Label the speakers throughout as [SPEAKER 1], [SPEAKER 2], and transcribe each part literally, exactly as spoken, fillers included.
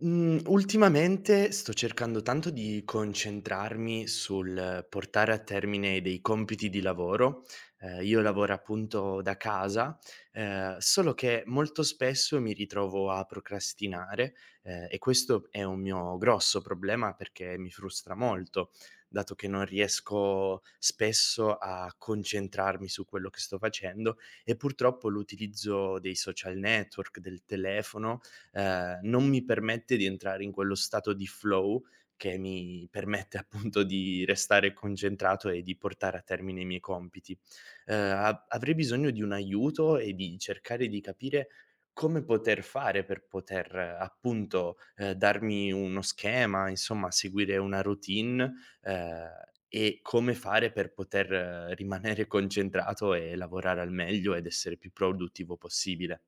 [SPEAKER 1] Mhmm, ultimamente sto cercando tanto di concentrarmi sul portare a termine dei compiti di lavoro. Ehm, io lavoro appunto da casa, ehm, solo che molto spesso mi ritrovo a procrastinare, ehm, e questo è un mio grosso problema perché mi frustra molto, dato che non riesco spesso a concentrarmi su quello che sto facendo e purtroppo l'utilizzo dei social network, del telefono, ehm, non mi permette di entrare in quello stato di flow che mi permette appunto di restare concentrato e di portare a termine i miei compiti. Ehm, a Avrei bisogno di un aiuto e di cercare di capire come poter fare per poter eh, appunto, ehm, darmi uno schema, insomma seguire una routine, ehm, e come fare per poter eh, rimanere concentrato e lavorare al meglio ed essere più produttivo possibile.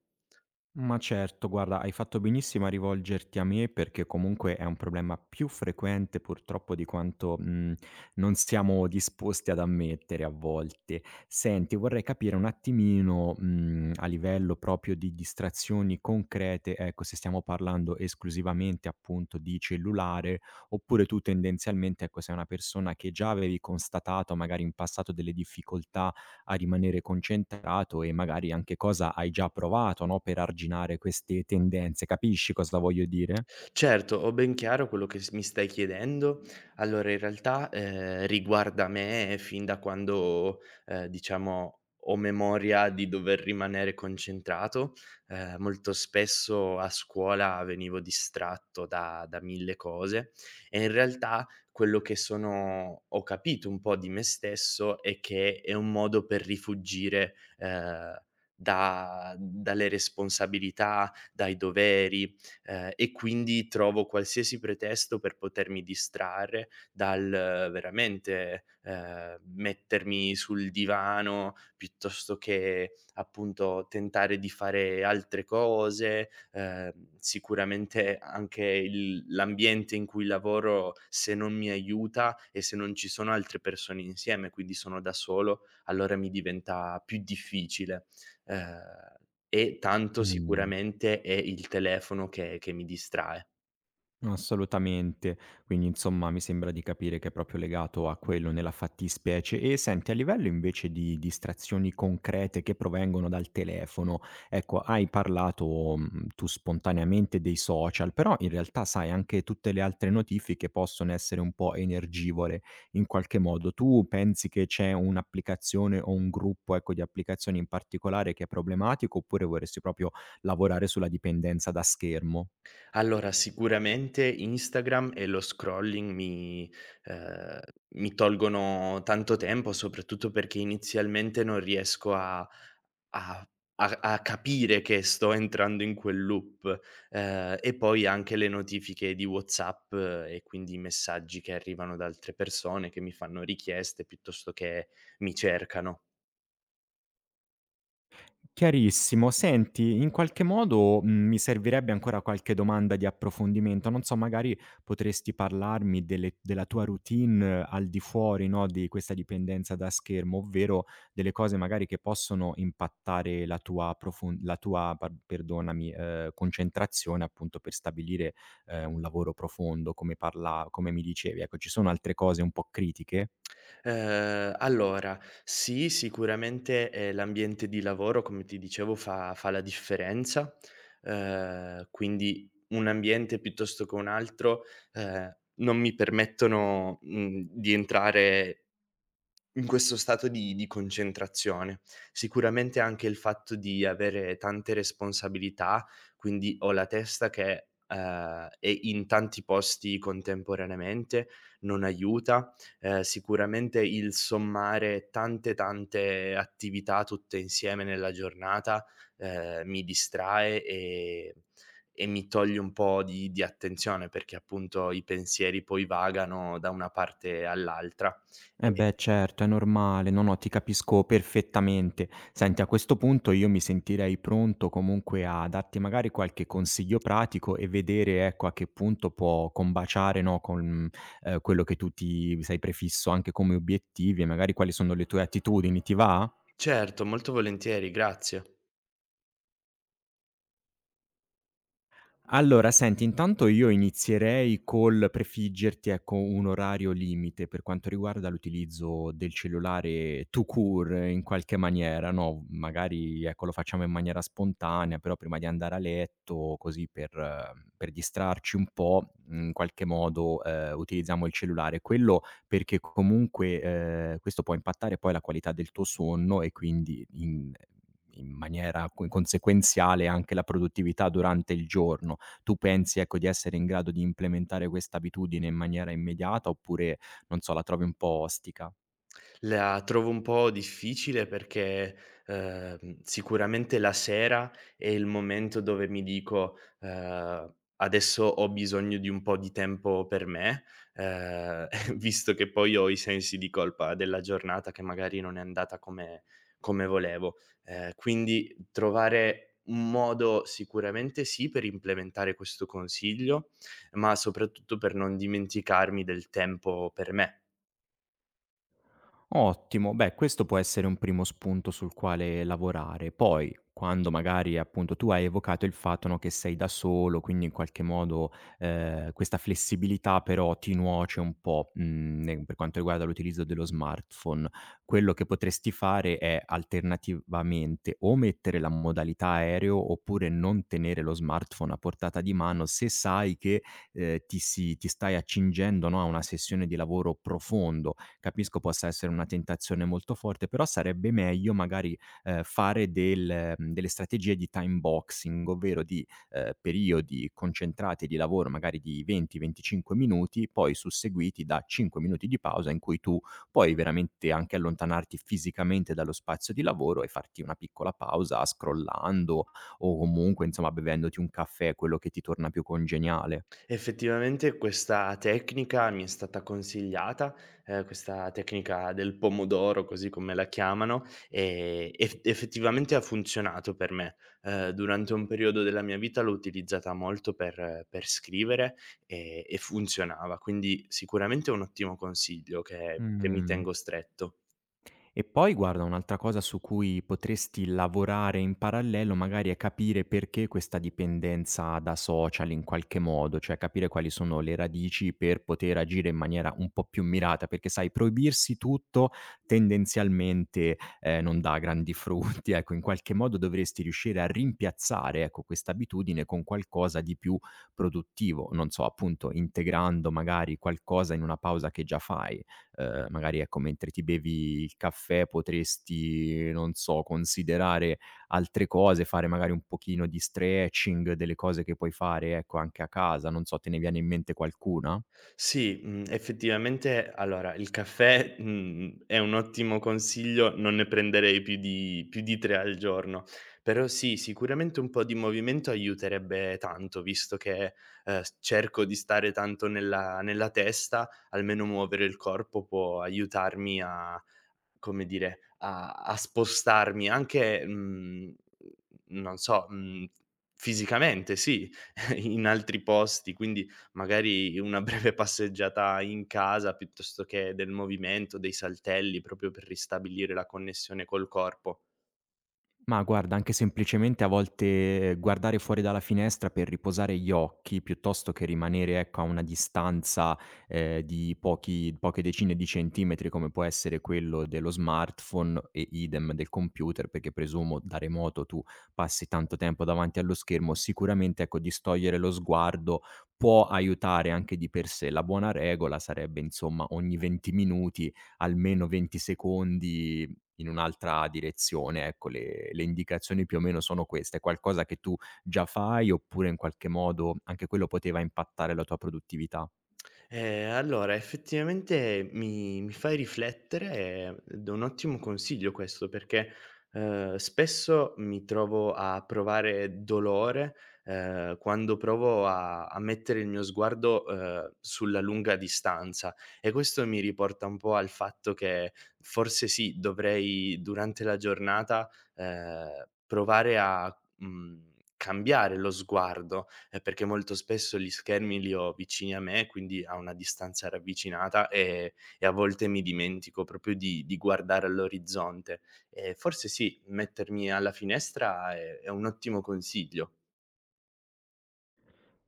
[SPEAKER 2] Ma certo, guarda, hai fatto benissimo a rivolgerti a me perché comunque è un problema più frequente purtroppo di quanto mh, non siamo disposti ad ammettere a volte. Senti, vorrei capire un attimino mh, a livello proprio di distrazioni concrete, ecco, se stiamo parlando esclusivamente appunto di cellulare oppure tu tendenzialmente, ecco, sei una persona che già avevi constatato magari in passato delle difficoltà a rimanere concentrato e magari anche cosa hai già provato, no, per arginare queste tendenze. Capisci cosa voglio dire?
[SPEAKER 1] Certo, ho ben chiaro quello che s mi stai chiedendo. Allora in realtà, ehm, riguarda me fin da quando, ehm, diciamo ho memoria di dover rimanere concentrato. Ehm, molto spesso a scuola venivo distratto da da mille cose e in realtà quello che sono ho capito un po' di me stesso è che è un modo per rifuggire, ehm, da dalle responsabilità, dai doveri, ehm, e quindi trovo qualsiasi pretesto per potermi distrarre dal eh, veramente, ehm, mettermi sul divano, piuttosto che appunto tentare di fare altre cose. Ehm, sicuramente anche il l'ambiente in cui lavoro, se non mi aiuta e se non ci sono altre persone insieme, quindi sono da solo, allora mi diventa più difficile. Ehm e tanto
[SPEAKER 2] Mh.
[SPEAKER 1] sicuramente è il telefono che che mi distrae.
[SPEAKER 2] Assolutamente. Quindi insomma mi sembra di capire che è proprio legato a quello nella fattispecie. E senti, a livello invece di distrazioni concrete che provengono dal telefono, ecco, hai parlato mh, tu spontaneamente dei social, però in realtà sai anche tutte le altre notifiche possono essere un po' energivore in qualche modo. Tu pensi che c'è un'applicazione o un gruppo, ecco, di applicazioni in particolare che è problematico oppure vorresti proprio lavorare sulla dipendenza da schermo?
[SPEAKER 1] Allora, sicuramente Instagram e lo scrolling mi ehm, mi tolgono tanto tempo, soprattutto perché inizialmente non riesco a a a a capire che sto entrando in quel loop, ehm, e poi anche le notifiche di WhatsApp eh, e quindi i messaggi che arrivano da altre persone che mi fanno richieste piuttosto che mi cercano.
[SPEAKER 2] Chiarissimo. Senti, in qualche modo, mhmm, mi servirebbe ancora qualche domanda di approfondimento. Non so, magari potresti parlarmi delle della tua routine eh, al di fuori, no, di questa dipendenza da schermo, ovvero delle cose magari che possono impattare la tua profon la tua par perdonami, ehm, concentrazione appunto per stabilire, ehm, un lavoro profondo come parla come mi dicevi. Ecco, ci sono altre cose un po' critiche?
[SPEAKER 1] Ehm, allora, sì, sicuramente, ehm, l'ambiente di lavoro, come ti dicevo, fa fa la differenza, ehm, quindi un ambiente piuttosto che un altro, ehm, non mi permettono, mhmm, di entrare in questo stato di di concentrazione. Sicuramente anche il fatto di avere tante responsabilità, quindi ho la testa che, ehm, è in tanti posti contemporaneamente, non aiuta. Ehm, sicuramente il sommare tante, tante attività tutte insieme nella giornata, ehm, mi distrae e e mi toglie un po' di di attenzione, perché appunto i pensieri poi vagano da una parte all'altra,
[SPEAKER 2] Eh
[SPEAKER 1] e
[SPEAKER 2] beh, certo, è normale. No, no, ti capisco perfettamente. Senti, a questo punto io mi sentirei pronto comunque a darti magari qualche consiglio pratico e vedere, ecco, a che punto può combaciare, no, con eh, quello che tu ti sei prefisso anche come obiettivi e magari quali sono le tue attitudini, ti va?
[SPEAKER 1] Certo, molto volentieri, grazie.
[SPEAKER 2] Allora senti, intanto io inizierei col prefiggerti, ecco, un orario limite per quanto riguarda l'utilizzo del cellulare tout court in qualche maniera, no, magari, ecco, lo facciamo in maniera spontanea, però prima di andare a letto, così per eh, per distrarci un po', in qualche modo, ehm, utilizziamo il cellulare. Quello perché comunque, ehm, questo può impattare poi la qualità del tuo sonno e quindi in in maniera co conseguenziale anche la produttività durante il giorno. Tu pensi, ecco, di essere in grado di implementare questa abitudine in maniera immediata oppure, non so, la trovi un po' ostica?
[SPEAKER 1] La trovo un po' difficile perché, ehm, sicuramente la sera è il momento dove mi dico: "Ehm, adesso ho bisogno di un po' di tempo per me", ehm, visto che poi ho i sensi di colpa della giornata che magari non è andata come come volevo. Ehm, quindi trovare un modo sicuramente sì per implementare questo consiglio, ma soprattutto per non dimenticarmi del tempo per me.
[SPEAKER 2] Ottimo, beh questo può essere un primo spunto sul quale lavorare. Poi, quando magari appunto tu hai evocato il fatto, no, che sei da solo, quindi in qualche modo, ehm, questa flessibilità però ti nuoce un po', mhmm, ne per quanto riguarda l'utilizzo dello smartphone. Quello che potresti fare è alternativamente o mettere la modalità aereo, oppure non tenere lo smartphone a portata di mano se sai che, ehm, ti si ti stai accingendo, no, a una sessione di lavoro profondo. Capisco possa essere una tentazione molto forte, però sarebbe meglio magari, ehm, fare del mhmm, delle strategie di time boxing, ovvero di, ehm, periodi concentrati di lavoro magari di venti, venticinque minuti, poi susseguiti da cinque minuti di pausa in cui tu puoi veramente anche allontanarti fisicamente dallo spazio di lavoro e farti una piccola pausa scrollando o comunque, insomma, bevendoti un caffè, quello che ti torna più congeniale.
[SPEAKER 1] Effettivamente questa tecnica mi è stata consigliata, ehm, questa tecnica del pomodoro, così come la chiamano, ehm, eff effettivamente ha funzionato per me. Ehm, durante un periodo della mia vita l'ho utilizzata molto per per scrivere e e funzionava, quindi sicuramente è un ottimo consiglio che che mi
[SPEAKER 2] Mh.
[SPEAKER 1] tengo stretto.
[SPEAKER 2] E poi guarda, un'altra cosa su cui potresti lavorare in parallelo magari è capire perché questa dipendenza da social in qualche modo, cioè capire quali sono le radici per poter agire in maniera un po' più mirata, perché sai, proibirsi tutto tendenzialmente eh, non dà grandi frutti, ecco, in qualche modo dovresti riuscire a rimpiazzare, ecco, questa abitudine con qualcosa di più produttivo, non so, appunto integrando magari qualcosa in una pausa che già fai. Ehm, magari, ecco, mentre ti bevi il caffè potresti, non so, considerare altre cose, fare magari un pochino di stretching, delle cose che puoi fare, ecco, anche a casa, non so, te ne viene in mente qualcuna?
[SPEAKER 1] Sì, mhmm, effettivamente allora il caffè, mhmm, è un ottimo consiglio, non ne prenderei più di più di tre al giorno. Però sì, sicuramente un po' di movimento aiuterebbe tanto, visto che, ehm, s cerco di stare tanto nella nella testa, almeno muovere il corpo può aiutarmi a come dire, a a spostarmi anche, mhmm, non so, mhmm, fisicamente sì, in altri posti, quindi magari una breve passeggiata in casa piuttosto che del movimento, dei saltelli, proprio per ristabilire la connessione col corpo.
[SPEAKER 2] Ma guarda, anche semplicemente a volte eh, guardare fuori dalla finestra per riposare gli occhi, piuttosto che rimanere, ecco, a una distanza, ehm, di pochi poche decine di centimetri, come può essere quello dello smartphone e idem del computer, perché presumo da remoto tu passi tanto tempo davanti allo schermo, sicuramente, ecco, distogliere lo sguardo può aiutare anche di per sé. La buona regola sarebbe, insomma, ogni venti minuti, almeno venti secondi in un'altra direzione, ecco, le le indicazioni più o meno sono queste: è qualcosa che tu già fai, oppure in qualche modo anche quello poteva impattare la tua produttività?
[SPEAKER 1] Eh, allora effettivamente mi mi fai riflettere ed è un ottimo consiglio questo perché, uhm, spesso mi trovo a provare dolore, ehm, quando provo a a mettere il mio sguardo, uhm, sulla lunga distanza e questo mi riporta un po' al fatto che forse sì, dovrei durante la giornata, ehm, provare a, mhmm, cambiare lo sguardo, ehm, perché molto spesso gli schermi li ho vicini a me, quindi a una distanza ravvicinata, e e a volte mi dimentico proprio di di guardare all'orizzonte. Ehm, forse sì, mettermi alla finestra è è un ottimo consiglio.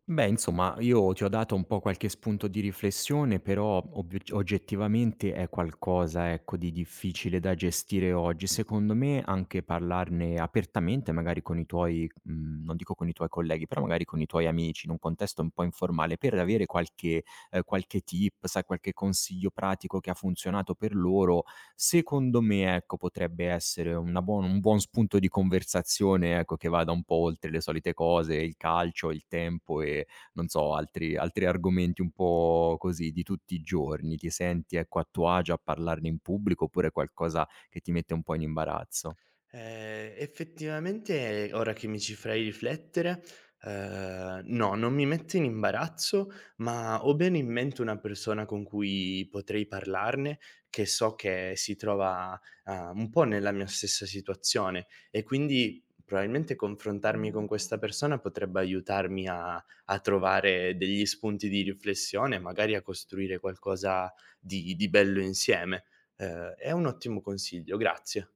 [SPEAKER 2] Beh, insomma, io ti ho dato un po' qualche spunto di riflessione, però ob oggettivamente è qualcosa, ecco, di difficile da gestire oggi. Secondo me anche parlarne apertamente, magari con i tuoi mhmm, non dico con i tuoi colleghi, però magari con i tuoi amici, in un contesto un po' informale, per avere qualche ehm, qualche tip, sai, qualche consiglio pratico che ha funzionato per loro. Secondo me, ecco, potrebbe essere una buon un buon spunto di conversazione, ecco, che vada un po' oltre le solite cose, il calcio, il tempo e non so, altri altri argomenti un po' così di tutti i giorni. Ti senti, ecco, a tuo agio a parlarne in pubblico oppure qualcosa che ti mette un po' in imbarazzo?
[SPEAKER 1] Ehm, effettivamente ora che mi ci fai riflettere, ehm, no, non mi mette in imbarazzo, ma ho bene in mente una persona con cui potrei parlarne, che so che si trova, uhm, un po' nella mia stessa situazione e quindi probabilmente confrontarmi con questa persona potrebbe aiutarmi a a trovare degli spunti di riflessione, magari a costruire qualcosa di di bello insieme. Ehm, è un ottimo consiglio, grazie.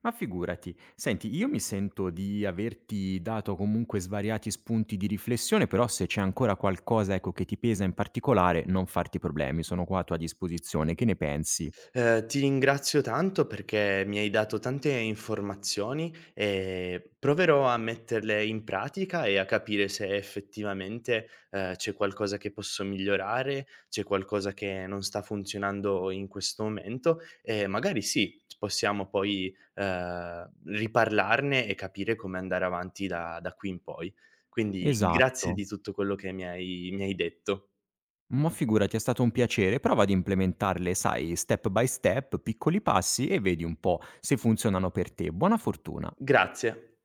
[SPEAKER 2] Ma figurati. Senti, io mi sento di averti dato comunque svariati spunti di riflessione, però se c'è ancora qualcosa, ecco, che ti pesa in particolare non farti problemi, sono qua a tua disposizione. Che ne pensi?
[SPEAKER 1] Ehm, ti ringrazio tanto perché mi hai dato tante informazioni e proverò a metterle in pratica e a capire se effettivamente, ehm, c'è qualcosa che posso migliorare, c'è qualcosa che non sta funzionando in questo momento e magari sì, s possiamo poi, ehm, riparlarne e capire come andare avanti da da qui in poi. Quindi grazie
[SPEAKER 2] Esatto.
[SPEAKER 1] di tutto quello che mi hai mi hai detto.
[SPEAKER 2] Ma figurati, è stato un piacere. Prova ad implementarle, sai, step by step, piccoli passi e vedi un po' se funzionano per te. Buona fortuna.
[SPEAKER 1] Grazie.